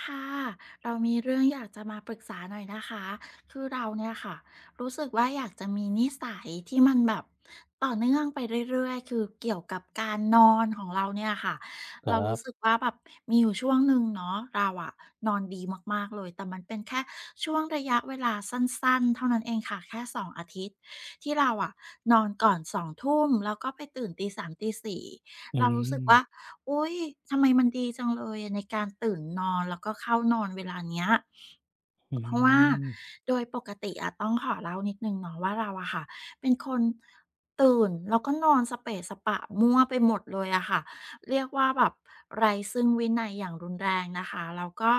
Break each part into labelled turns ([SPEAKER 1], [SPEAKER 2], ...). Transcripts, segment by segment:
[SPEAKER 1] ค่ะเรามีเรื่องอยากจะมาปรึกษาหน่อยนะคะคือเราเนี่ยค่ะรู้สึกว่าอยากจะมีนิสัยที่มันแบบต่อเนื่องไปเรื่อยๆคือเกี่ยวกับการนอนของเราเนี่ยค่ะ
[SPEAKER 2] ครั
[SPEAKER 1] เรารู้สึก
[SPEAKER 2] บ
[SPEAKER 1] ว่าแบบมีอยู่ช่วงหนึ่งเนาะเราอะนอนดีมากๆเลยแต่มันเป็นแค่ช่วงระยะเวลาสั้นๆเท่านั้นเองค่ะแค่สองอาทิตย์ที่เราอะนอนก่อน2ทุ่มแล้วก็ไปตื่นตีสามตีสี่
[SPEAKER 2] อื
[SPEAKER 1] เรารู้สึก
[SPEAKER 2] ม
[SPEAKER 1] ว่า อุ๊ยทำไมมันดีจังเลยในการตื่นนอนแล้วก็เข้านอนเวลาเนี้ย
[SPEAKER 2] อื
[SPEAKER 1] เพราะว่า
[SPEAKER 2] ม
[SPEAKER 1] โดยปกติอะต้องขอเล่านิดหนึ่งเนาะว่าเราอะค่ะเป็นคนตื่นแล้วก็นอนสเปะสปะมั่วไปหมดเลยอะค่ะเรียกว่าแบบไร้ซึ่งวินัยอย่างรุนแรงนะคะแล้วก็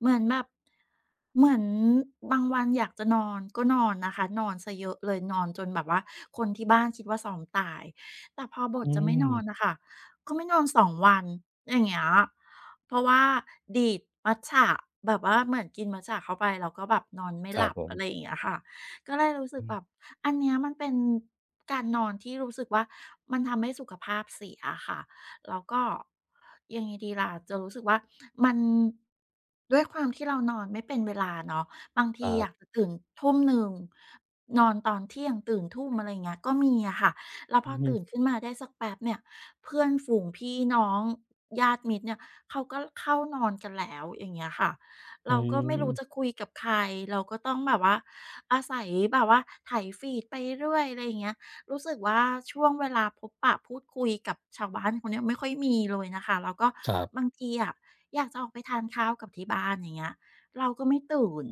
[SPEAKER 1] เหมือนแบบเหมือนบางวันอยากจะนอนก็นอนนะคะนอนเยเยอะเลยนอนจนแบบว่าคนที่บ้านคิดว่าซ้อมตายแต่พอบท
[SPEAKER 2] อื
[SPEAKER 1] จะไม่
[SPEAKER 2] ม
[SPEAKER 1] นอนน่ะค่ะก็ไม่นอนสองวันอย่างเงี้ย เพราะว่าดีดมัตจะแบบว่าเหมือนกินมัตจะเข้าไปแล้วก็แบบนอนไม่
[SPEAKER 2] ค
[SPEAKER 1] ห
[SPEAKER 2] รับ
[SPEAKER 1] ลับ
[SPEAKER 2] ผม
[SPEAKER 1] อะไรอย่างเงี้ยค่ะก็เลยรู้สึก
[SPEAKER 2] อื
[SPEAKER 1] แบบ
[SPEAKER 2] ม
[SPEAKER 1] อันเนี้ยมันเป็นการนอนที่รู้สึกว่ามันทำให้สุขภาพเสียอะค่ะแล้วก็ยังไงดีล่ะจะรู้สึกว่ามันด้วยความที่เรานอนไม่เป็นเวลาเนาะบาง
[SPEAKER 2] ค
[SPEAKER 1] ที
[SPEAKER 2] รั
[SPEAKER 1] อยาก
[SPEAKER 2] บ
[SPEAKER 1] จะตื่นทุ่มหนงนอนตอนเที่ยงตื่นทุ่มอะไรอย่างเงี้ยก็มีอะค่ะแล้วพ
[SPEAKER 2] อื
[SPEAKER 1] อ
[SPEAKER 2] อฮึ
[SPEAKER 1] ตื่นขึ้นมาได้สักแป๊บเนี่ยเพื่อนฝูงพี่น้อง ญาติมิตรเนี่ยเขาก็เข้านอนกันแล้วอย่างเงี้ยค่ะ
[SPEAKER 2] อื
[SPEAKER 1] เราก็ไม่
[SPEAKER 2] ม
[SPEAKER 1] รู้จะคุยกับใครเราก็ต้องแบบว่าอาศัยแบบว่าไถฟีดไปเรื่อยอะไรอย่างเงี้ยรู้สึกว่าช่วงเวลาพบปะพูดคุยกับชาวบ้านเขาเนี่ยไม่ค่อยมีเลยนะคะแล้วก็
[SPEAKER 2] ครั
[SPEAKER 1] บาง
[SPEAKER 2] บ
[SPEAKER 1] ทีอะอยากจะออกไปทานข้าวกับที่บ้านอย่างเงี้ยเราก็ไม่ตื่น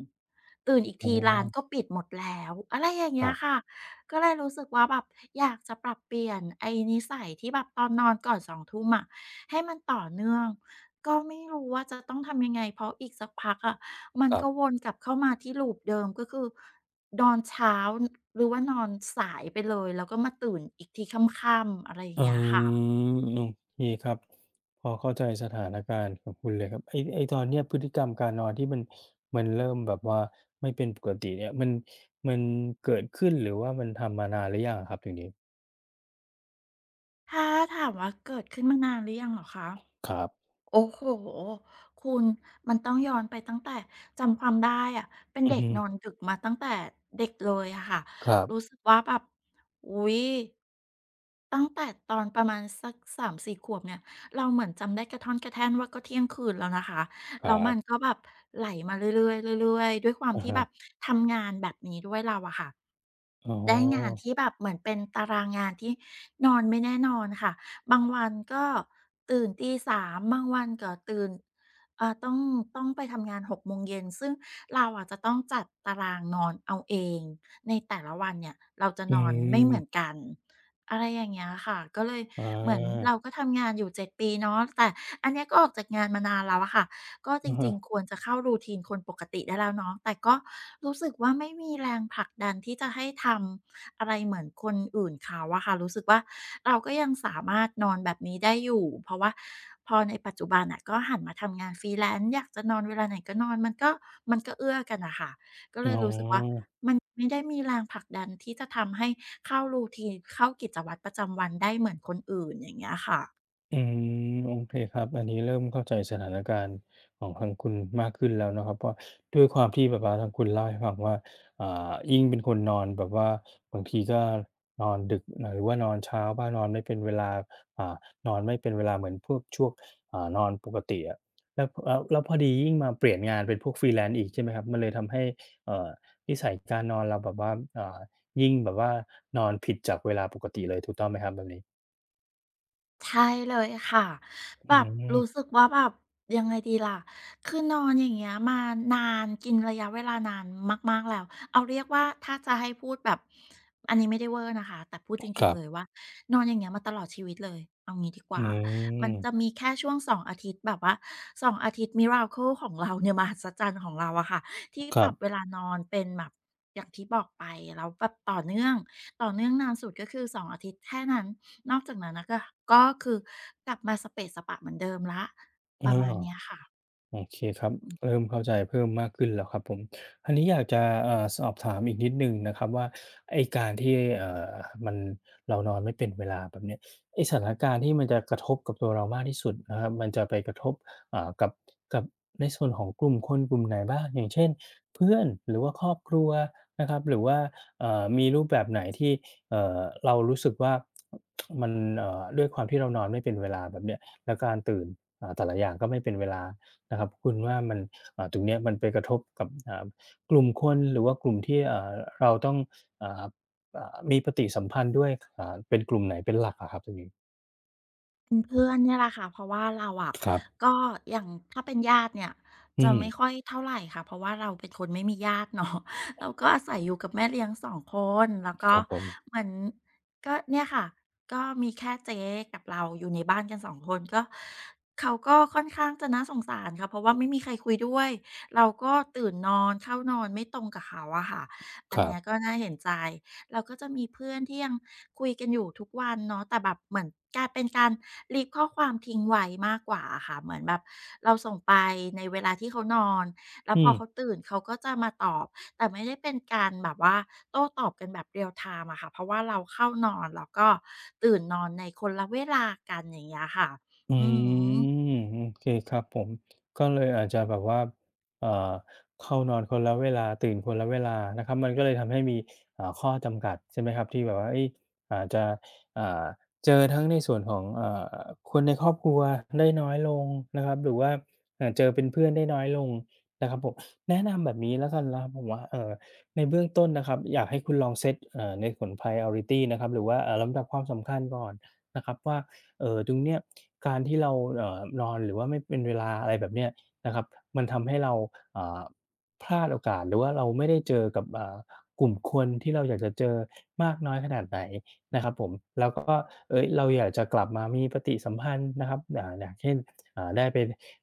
[SPEAKER 1] ตื่นอีก
[SPEAKER 2] อ๋อ
[SPEAKER 1] ทีร้านก็ปิดหมดแล้วอะไรอย่าง
[SPEAKER 2] ค
[SPEAKER 1] เงี้
[SPEAKER 2] รั
[SPEAKER 1] ย
[SPEAKER 2] บ
[SPEAKER 1] ค่ะ ก็เลยรู้สึกว่าแบบอยากจะปรับเปลี่ยนไอ้นิสัยที่แบบตอนนอนก่อน2ทุ่มอะให้มันต่อเนื่องก็ไม่รู้ว่าจะต้องทำยังไงเพราะอีกสักพักอะมัน
[SPEAKER 2] ครั
[SPEAKER 1] ก็ว
[SPEAKER 2] บ
[SPEAKER 1] นกลับเข้ามาที่ loop เดิมก็คือนอนเช้าหรือว่านอนสายไปเลยแล้วก็มาตื่นอีกทีค่ำๆอะไรอย่า
[SPEAKER 2] อื
[SPEAKER 1] งเงี้ยค่ะ
[SPEAKER 2] มโอเคครับพอเข้าใจสถานการณ์ของคุณเลยครับ ไอ้ตอนเนี้ยพฤติกรรมการนอนที่มันเริ่มแบบว่าไม่เป็นปกติเนี่ยมันเกิดขึ้นหรือว่ามันทำมานานหรือยังอะครับตรงนี้
[SPEAKER 1] ถ้าถามว่าเกิดขึ้นมานานหรือยังเหรอคะ
[SPEAKER 2] ครับ
[SPEAKER 1] โอ้โหคุณมันต้องย้อนไปตั้งแต่จำความได้อะเป็น
[SPEAKER 2] อื
[SPEAKER 1] เด็
[SPEAKER 2] อ
[SPEAKER 1] ก
[SPEAKER 2] ฮึ
[SPEAKER 1] นอนดึกมาตั้งแต่เด็กเลยอะค่ะ
[SPEAKER 2] ครั
[SPEAKER 1] รู้
[SPEAKER 2] บ
[SPEAKER 1] สึกว่าแบบอุ๊ยตั้งแต่ตอนประมาณสัก3-4ขวบเนี่ย เราเหมือนจำได้กระท่อนกระแท่นว่าก็เที่ยงคืนแล้วนะคะ
[SPEAKER 2] ค
[SPEAKER 1] แล้ว
[SPEAKER 2] รั
[SPEAKER 1] มัน
[SPEAKER 2] บ
[SPEAKER 1] ก็แบบไหลมาเรื่อยๆเรื่อยๆด้วยความ
[SPEAKER 2] อะ
[SPEAKER 1] ที่
[SPEAKER 2] ฮะ
[SPEAKER 1] แบบทำงานแบบนี้ด้วยเราอะค่ะ
[SPEAKER 2] อ๋
[SPEAKER 1] ได้งาน
[SPEAKER 2] อ
[SPEAKER 1] ที่แบบเหมือนเป็นตารางงานที่นอนไม่แน่นอนค่ะบางวันก็ตื่นตีสาม บางวันก็ตื่นเอ่อต้องต้องไปทำงาน6โมงเย็นซึ่งเราอาจจะต้องจัดตารางนอนเอาเองในแต่ละวันเนี่ยเราจะ
[SPEAKER 2] อื
[SPEAKER 1] นอนไม่
[SPEAKER 2] ม
[SPEAKER 1] เหมือนกันอะไรอย่างเงี้ยค่ะก็เลยเหมือน
[SPEAKER 2] อา
[SPEAKER 1] เราก็ทำงานอยู่7ปีเนาะแต่อันเนี้ยก็ออกจากงานมานานแล้วอะค่ะ ก็จ
[SPEAKER 2] อะ
[SPEAKER 1] ริง
[SPEAKER 2] ฮะ
[SPEAKER 1] ๆ ควรจะเข้า r ูที i e คนปกติได้แล้วเนาะแต่ก็รู้สึกว่าไม่มีแรงผลักดันที่จะให้ทำอะไรเหมือนคนอื่นเขาอะค่ะรู้สึกว่าเราก็ยังสามารถนอนแบบนี้ได้อยู่เพราะว่าพอในปัจจุบันน่ะก็หันมาทำงาน freelance อยากจะนอนเวลาไหนก็นอนมันก็เอื้อกันน่ะค่ะก็
[SPEAKER 2] อ๋
[SPEAKER 1] เลย
[SPEAKER 2] อ
[SPEAKER 1] รู้สึกว่ามันไม่ได้มีแรงผลักดันที่จะทำให้เข้ารูท t น e เข้ากิจวัตรประจำวันได้เหมือนคนอื่นอย่างเงี้ยค่ะ
[SPEAKER 2] อืมโอเคครับอันนี้เริ่มเข้าใจสถานการณ์ของทางคุณมากขึ้นแล้วเนาะครับเพราะด้วยความที่แบบว่าทางคุณเล่าให้ฟังว่ายิ่งเป็นคนนอนแบบว่าบางทีก็นอนดึกหรือว่านอนเช้าบ้างนอนไม่เป็นเวลาอ่านอนไม่เป็นเวลาเหมือนพวกช่วงนอนปกติอะแล้วพอดียิ่งมาเปลี่ยนงานเป็นพวก Freelance อีกใช่ไหมครับมันเลยทำให้เอ่อนิสัยการนอนเราแบบว่าอ่ายิ่งแบบว่านอนผิดจากเวลาปกติเลยถูกต้องไหมครับแบบนี้
[SPEAKER 1] ใช่เลยค่ะแบ
[SPEAKER 2] อื
[SPEAKER 1] บ
[SPEAKER 2] ม
[SPEAKER 1] รู้สึกว่าแบบยังไงดีล่ะคือนอนอย่างเงี้ยมานานกินระยะเวลานานมากๆแล้วเอาเรียกว่าถ้าจะให้พูดแบบอันนี้ไม่ได้เวอร์นะคะแต่พูดจ
[SPEAKER 2] ค
[SPEAKER 1] ริง
[SPEAKER 2] รั
[SPEAKER 1] ๆเลย
[SPEAKER 2] บ
[SPEAKER 1] ว่านอนอย่างเงี้ยมาตลอดชีวิตเลยเอางี้ดีก
[SPEAKER 2] อื
[SPEAKER 1] ว่ามันจะ
[SPEAKER 2] ม
[SPEAKER 1] มีแค่ช่วงสองอาทิตย์แบบว่าสองอาทิตย์ miracle ของเราเนี่ยมหัศจรรย์ของเราอะค่ะที่
[SPEAKER 2] ค
[SPEAKER 1] ป
[SPEAKER 2] รั
[SPEAKER 1] รั
[SPEAKER 2] บ
[SPEAKER 1] บเวลานอนเป็นแบบอย่างที่บอกไปแล้วแบบต่อเนื่องต่อเนื่องนานสุดก็คือสองอาทิตย์แค่นั้น นอกจากนั้นนะก็ก็คือกลับมาสะเปะสะปะเหมือนเดิมแล้ว
[SPEAKER 2] เอ
[SPEAKER 1] ประมาณเนี้ย
[SPEAKER 2] า
[SPEAKER 1] ค่ะ
[SPEAKER 2] โอเคครับเริ่มเข้าใจเพิ่มมากขึ้นแล้วครับผมอันนี้อยากจะสอบถามอีกนิดหนึ่งนะครับว่าไอ้การที่มันเรานอนไม่เป็นเวลาแบบเนี้ยไอ้สถานการณ์ที่มันจะกระทบกับตัวเรามากที่สุดนะครับมันจะไปกระทบเอ่ากับกับในส่วนของกลุ่มคนกลุ่มไหนบ้างอย่างเช่นเพื่อนหรือว่าครอบครัวนะครับหรือว่ามีรูปแบบไหนที่เอ่อเรารู้สึกว่ามันด้วยความที่เรานอนไม่เป็นเวลาแบบเนี้ยแล้วการตื่นแต่ละอย่างก็ไม่เป็นเวลา นะครับคุณว่ามันตรงเนี้ยมันไปกระทบกับกลุ่มคนหรือว่ากลุ่มที่เราต้องอ่ามีปฏิสัมพันธ์ด้วยเป็นกลุ่มไหนเป็นหลักอะครับตรงนี้
[SPEAKER 1] เป็นเพื่อนเนี่ยแหละค่ะเพราะว่าเราอะ
[SPEAKER 2] ครับ
[SPEAKER 1] ก็อย่างถ้าเป็นญาติเนี่ย
[SPEAKER 2] อื
[SPEAKER 1] จะ
[SPEAKER 2] ม
[SPEAKER 1] ไม่ค่อยเท่าไรค่ะเพราะว่าเราเป็นคนไม่มีญาติเนาะ เราก็อาศัยอยู่กับแม่เลี้ยงสองคนแล้ว
[SPEAKER 2] ค
[SPEAKER 1] ก็
[SPEAKER 2] รับผม
[SPEAKER 1] เหมือนก็เนี่ยค่ะก็มีแค่เจ๊กับเราอยู่ในบ้านกันสองคนก็เขาก็ค่อนข้างจะน่าสงสารค่ะเพราะว่าไม่มีใครคุยด้วยเราก็ตื่นนอนเข้านอนไม่ตรงกับเขาอะค่ะอัน
[SPEAKER 2] ครั
[SPEAKER 1] เนี้ย
[SPEAKER 2] บ
[SPEAKER 1] ก็น่าเห็นใจ เราก็จะมีเพื่อนที่ยังคุยกันอยู่ทุกวันเนาะแต่แบบเหมือนกลายเป็นการ leave ข้อความทิ้งไว้มากกว่าอะค่ะเหมือนแบบเราส่งไปในเวลาที่เขานอนแล้ว
[SPEAKER 2] อื
[SPEAKER 1] พอ
[SPEAKER 2] ม
[SPEAKER 1] เขาตื่นเขาก็จะมาตอบแต่ไม่ได้เป็นการแบบว่าโต้ตอบกันแบบ real time อะค่ะเพราะว่าเราเข้านอนแล้วก็ตื่นนอนในคนละเวลากันอย่างเงี้ยค่ะ
[SPEAKER 2] อื
[SPEAKER 1] อือฮึ
[SPEAKER 2] มโอเคครับผมก็เลยอาจจะแบบว่าเอ่อเข้านอนคนละเวลาตื่นคนละเวลานะครับมันก็เลยทำให้มีข้อจำกัดใช่ไหมครับที่แบบว่าเฮ้ยอาจจะอ่าเจอทั้งในส่วนของอคนในครอบครัวได้น้อยลงนะครับหรือว่าเจอเป็นเพื่อนได้น้อยลงนะครับผมแนะนำแบบนี้แล้วกันนะครับผมว่าในเบื้องต้นนะครับอยากให้คุณลองเซตในส่วน priority นะครับหรือว่าลำดับความสำคัญก่อนนะครับว่า ตรงเนี้ยการที่เรานอนหรือว่าไม่เป็นเวลาอะไรแบบเนี้ยนะครับมันทำให้เราอ่าพลาดโอกาสหรือว่าเราไม่ได้เจอกับกลุ่มคนที่เราอยากจะเจอมากน้อยขนาดไหนนะครับผมแล้วก็เฮ้ยเราอยากจะกลับมามีปฏิสัมพันธ์นะครับอย่างเช่นได้ไป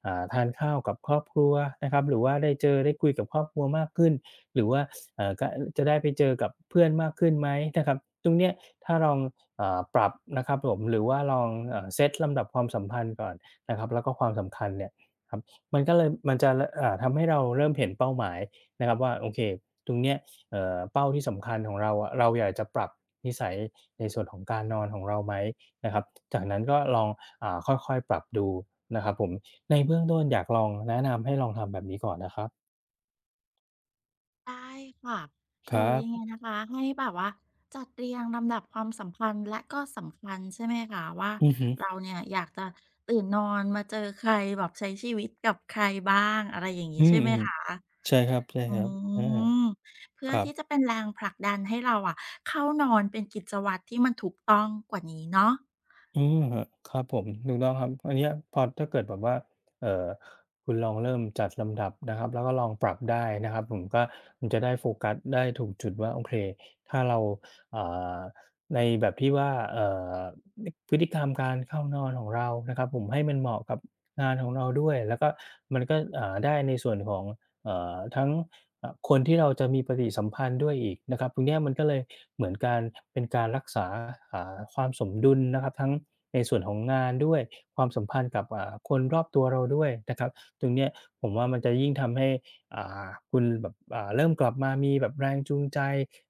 [SPEAKER 2] ทานข้าวกับครอบครัวนะครับหรือว่าได้เจอได้คุยกับครอบครัวมากขึ้นหรือว่ากะจะได้ไปเจอกับเพื่อนมากขึ้นไหมนะครับตรงเนี้ยถ้าลอง ปรับนะครับผมหรือว่าลองเซตลำดับความสัมพันธ์ก่อนนะครับแล้วก็ความสำคัญเนี่ยครับมันก็เลยมันจะลอ่าทำให้เราเริ่มเห็นเป้าหมายนะครับว่าโอเคตรงเนี้ยเป้าที่สำคัญของเราอะเราอยากจะปรับนิสัยในส่วนของการนอนของเราไหมนะครับจากนั้นก็ลองค่อยๆปรับดูนะครับผมในเบื้องต้นอยากลองแนะนำให้ลองทำแบบนี้ก่อนนะครับ
[SPEAKER 1] ได้ค่ะ
[SPEAKER 2] ค
[SPEAKER 1] คือ
[SPEAKER 2] รั
[SPEAKER 1] ยังไง
[SPEAKER 2] บ
[SPEAKER 1] นะคะให้แบบว่าจัดเรียงลำดับความสำคัญและก็สำคัญใช่ไหมคะว่า
[SPEAKER 2] อือฮึ
[SPEAKER 1] เราเนี่ยอยากจะตื่นนอนมาเจอใครแบบใช้ชีวิตกับใครบ้างอะไรอย่างนี้
[SPEAKER 2] อื
[SPEAKER 1] ใช่
[SPEAKER 2] ม
[SPEAKER 1] ไหมคะ
[SPEAKER 2] ๆใช่ครับ
[SPEAKER 1] อื
[SPEAKER 2] ๆอา
[SPEAKER 1] มเพื่อ
[SPEAKER 2] ครั
[SPEAKER 1] ที่จะ
[SPEAKER 2] บ
[SPEAKER 1] เป็นแรงผลักดันให้เราอะเข้านอนเป็นกิจวัตรที่มันถูกต้องกว่านี้เนาะ
[SPEAKER 2] อืมครับผมถูกต้องครับอันเนี้ยพอถ้าเกิดแบบว่าเอ่อคุณลองเริ่มจัดลำดับนะครับแล้วก็ลองปรับได้นะครับผมก็มันจะได้โฟกัสได้ถูกจุดว่าโอเคถ้าเราอ่าในแบบที่ว่าเอ่อนิพฤติกรรมการเข้านอนของเรานะครับผมให้มันเหมาะกับงานของเราด้วยแล้วก็มันก็ได้ในส่วนของ ทั้งคนที่เราจะมีปฏิสัมพันธ์ด้วยอีกนะครับตรงเนี้ยมันก็เลยเหมือนการเป็นการรักษาความสมดุลนะครับทั้งในส่วนของงานด้วยความสัมพันธ์กับคนรอบตัวเราด้วยนะครับตรงเนี้ยผมว่ามันจะยิ่งทำให้คุณแบบเริ่มกลับมามีแบบแรงจูงใจ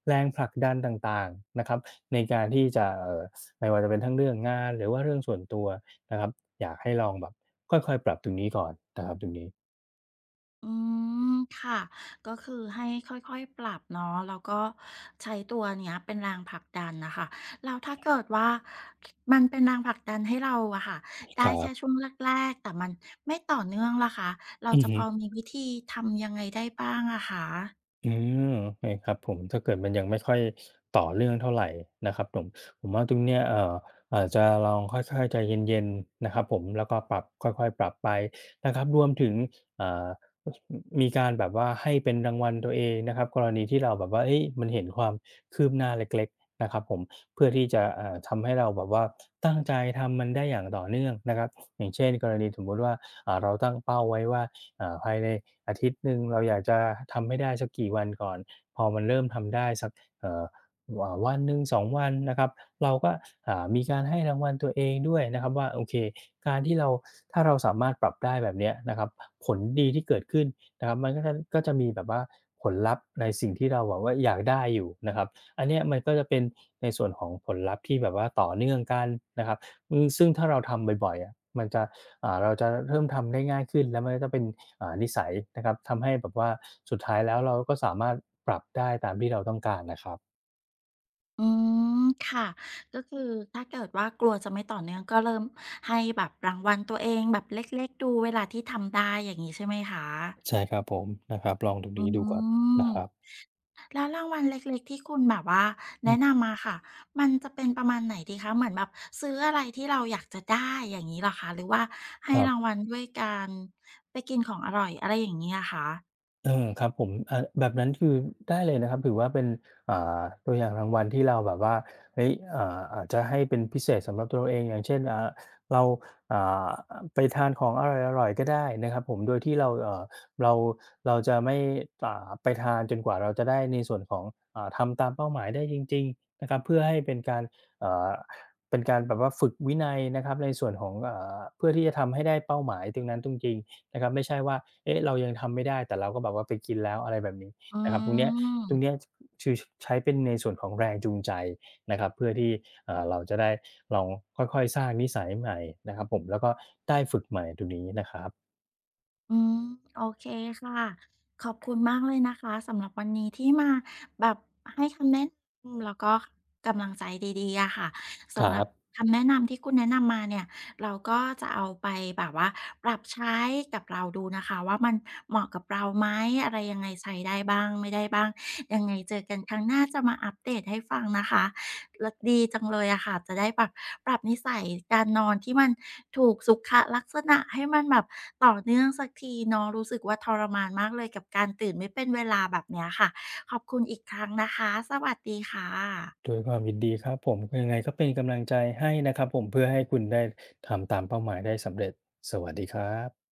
[SPEAKER 2] แรงผลักดันต่างๆนะครับในการที่จะไม่ว่าจะเป็นทั้งเรื่องงานหรือว่าเรื่องส่วนตัวนะครับอยากให้ลองแบบค่อยๆปรับตรงนี้ก่อนนะครับตรงนี้
[SPEAKER 1] อืมค่ะก็คือให้ค่อยๆปรับเนาะแล้วก็ใช้ตัวเนี้ยเป็นแรงผลักดันนะคะแล้วถ้าเกิดว่ามันเป็นแรงผลักดันให้เราอะค่ะได้
[SPEAKER 2] ครั
[SPEAKER 1] แค่ช่
[SPEAKER 2] บ
[SPEAKER 1] วงแรกๆแต่มันไม่ต่อเนื่องล่ะค่ะเรา
[SPEAKER 2] อือ
[SPEAKER 1] จะพ
[SPEAKER 2] ฮึ
[SPEAKER 1] อมีวิธีทำยังไงได้บ้างอะคะ
[SPEAKER 2] อืมใช่ครับผมถ้าเกิดมันยังไม่ค่อยต่อเรื่องเท่าไหรนะครับผมผมว่าตรงเนี้ยอาจจะลองค่อยๆใจเย็นๆนะครับผมแล้วก็ปรับค่อยๆปรับไปนะครับรวมถึงเอ่อมีการแบบว่าให้เป็นรางวัลตัวเองนะครับกรณีที่เราแบบว่าเอ้ยมันเห็นความคืบหน้าเล็กๆนะครับผมเพื่อที่จะทำให้เราแบบว่าตั้งใจทำมันได้อย่างต่อเนื่องนะครับอย่างเช่นกรณีสมมุติว่าเอ่าเราตั้งเป้าไว้ว่าเอ่าภายใน อาทิตย์หนึ่งเราอยากจะทำให้ได้สักกี่วันก่อนพอมันเริ่มทำได้สักเอ่อวันหนึ่งสองวันนะครับเราก็มีการให้รางวัลตัวเองด้วยนะครับว่าโอเคการที่เราถ้าเราสามารถปรับได้แบบเนี้ยนะครับผลดีที่เกิดขึ้นนะครับมันก็จะมีแบบว่าผลลัพธ์ในสิ่งที่เราแบบว่าอยากได้อยู่นะครับอันเนี้ยมันก็จะเป็นในส่วนของผลลัพธ์ที่แบบว่าต่อเนื่องกันนะครับอือซึ่งถ้าเราทำบ่อยๆอะมันจะ เราจะเริ่มทำได้ง่ายขึ้นแล้วมันก็จะเป็นนิสัยนะครับทำให้แบบว่าสุดท้ายแล้วเราก็สามารถปรับได้ตามที่เราต้องการนะครับ
[SPEAKER 1] อืมค่ะก็คือถ้าเกิดว่ากลัวจะไม่ต่อเนื่องก็เริ่มให้แบบรางวัลตัวเองแบบเล็กๆดูเวลาที่ทำได้อย่างนี้ใช่ไหมคะ
[SPEAKER 2] ใช่ครับผมนะครับลองตรง
[SPEAKER 1] อื
[SPEAKER 2] นี้ดูก่อนนะ
[SPEAKER 1] ม
[SPEAKER 2] ครับ
[SPEAKER 1] แล้วรางวัลเล็กๆที่คุณแบบว่า
[SPEAKER 2] อื
[SPEAKER 1] แนะ
[SPEAKER 2] ม
[SPEAKER 1] นำมาค่ะ มันจะเป็นประมาณไหนดีคะ เหมือนแบบซื้ออะไรที่เราอยากจะได้อย่างงี้เหรอคะ หรือว่าให้
[SPEAKER 2] ครั
[SPEAKER 1] ราง
[SPEAKER 2] บ
[SPEAKER 1] วัลด้วยการไปกินของอร่อยอะไรอย่างงี้อะคะ
[SPEAKER 2] เออครับผมเอ่าแบบนั้นคือได้เลยนะครับถือว่าเป็นอ่าตัวอย่างรางวัลที่เราแบบว่าเฮ้ยอาจจะให้เป็นพิเศษสำหรับตัวเราเองอย่างเช่นเราอ่าไปทานของอร่อยๆก็ได้นะครับผมโดยที่เราเราจะไม่ไปทานจนกว่าเราจะได้ในส่วนของทำตามเป้าหมายได้จริงๆนะครับเพื่อให้เป็นการเอ่อเป็นการแบบว่าฝึกวินัยนะครับในส่วนของเพื่อที่จะทำให้ได้เป้าหมายตรงนั้นจริงๆ นะครับไม่ใช่ว่าเอ๊ะเรายังทำไม่ได้แต่เราก็แบบว่าไปกินแล้วอะไรแบบนี้
[SPEAKER 1] อื
[SPEAKER 2] นะครับตรงเนี้ยตรงเนี้ย
[SPEAKER 1] ม
[SPEAKER 2] คือใช้เป็นในส่วนของแรงจูงใจนะครับเพื่อที่เราจะได้ลองค่อยๆสร้างนิสัยใหม่นะครับผมแล้วก็ได้ฝึกใหม่ตรงนี้นะครับ
[SPEAKER 1] อืมโอเคค่ะขอบคุณมากเลยนะคะสำหรับวันนี้ที่มาแบบให้คำแนะนำแล้วก็กำลังใจดีๆอะค่ะ
[SPEAKER 2] ค
[SPEAKER 1] สำ
[SPEAKER 2] รั
[SPEAKER 1] หรับ
[SPEAKER 2] บ
[SPEAKER 1] คำแนะนำที่คุณแนะนำมาเนี่ยเราก็จะเอาไปแบบว่าปรับใช้กับเราดูนะคะว่ามันเหมาะกับเราไหมอะไรยังไงใช้ได้บ้างไม่ได้บ้างยังไงเจอกันครั้งหน้าจะมาอัปเดตให้ฟังนะคะ แล้วดีจังเลยอะค่ะ จะได้แบบปรับนิสัยการนอนที่มันถูกสุขลักษณะให้มันแบบต่อเนื่องสักทีเนาะรู้สึกว่าทรมานมากเลยกับการตื่นไม่เป็นเวลาแบบเนี้ยค่ะขอบคุณอีกครั้งนะคะสวัสดีค่ะ
[SPEAKER 2] ด้วยความยินดีครับผมยังไงก็เป็นกำลังใจให้นะครับผมเพื่อให้คุณได้ทำตามเป้าหมายได้สำเร็จสวัสดีครับ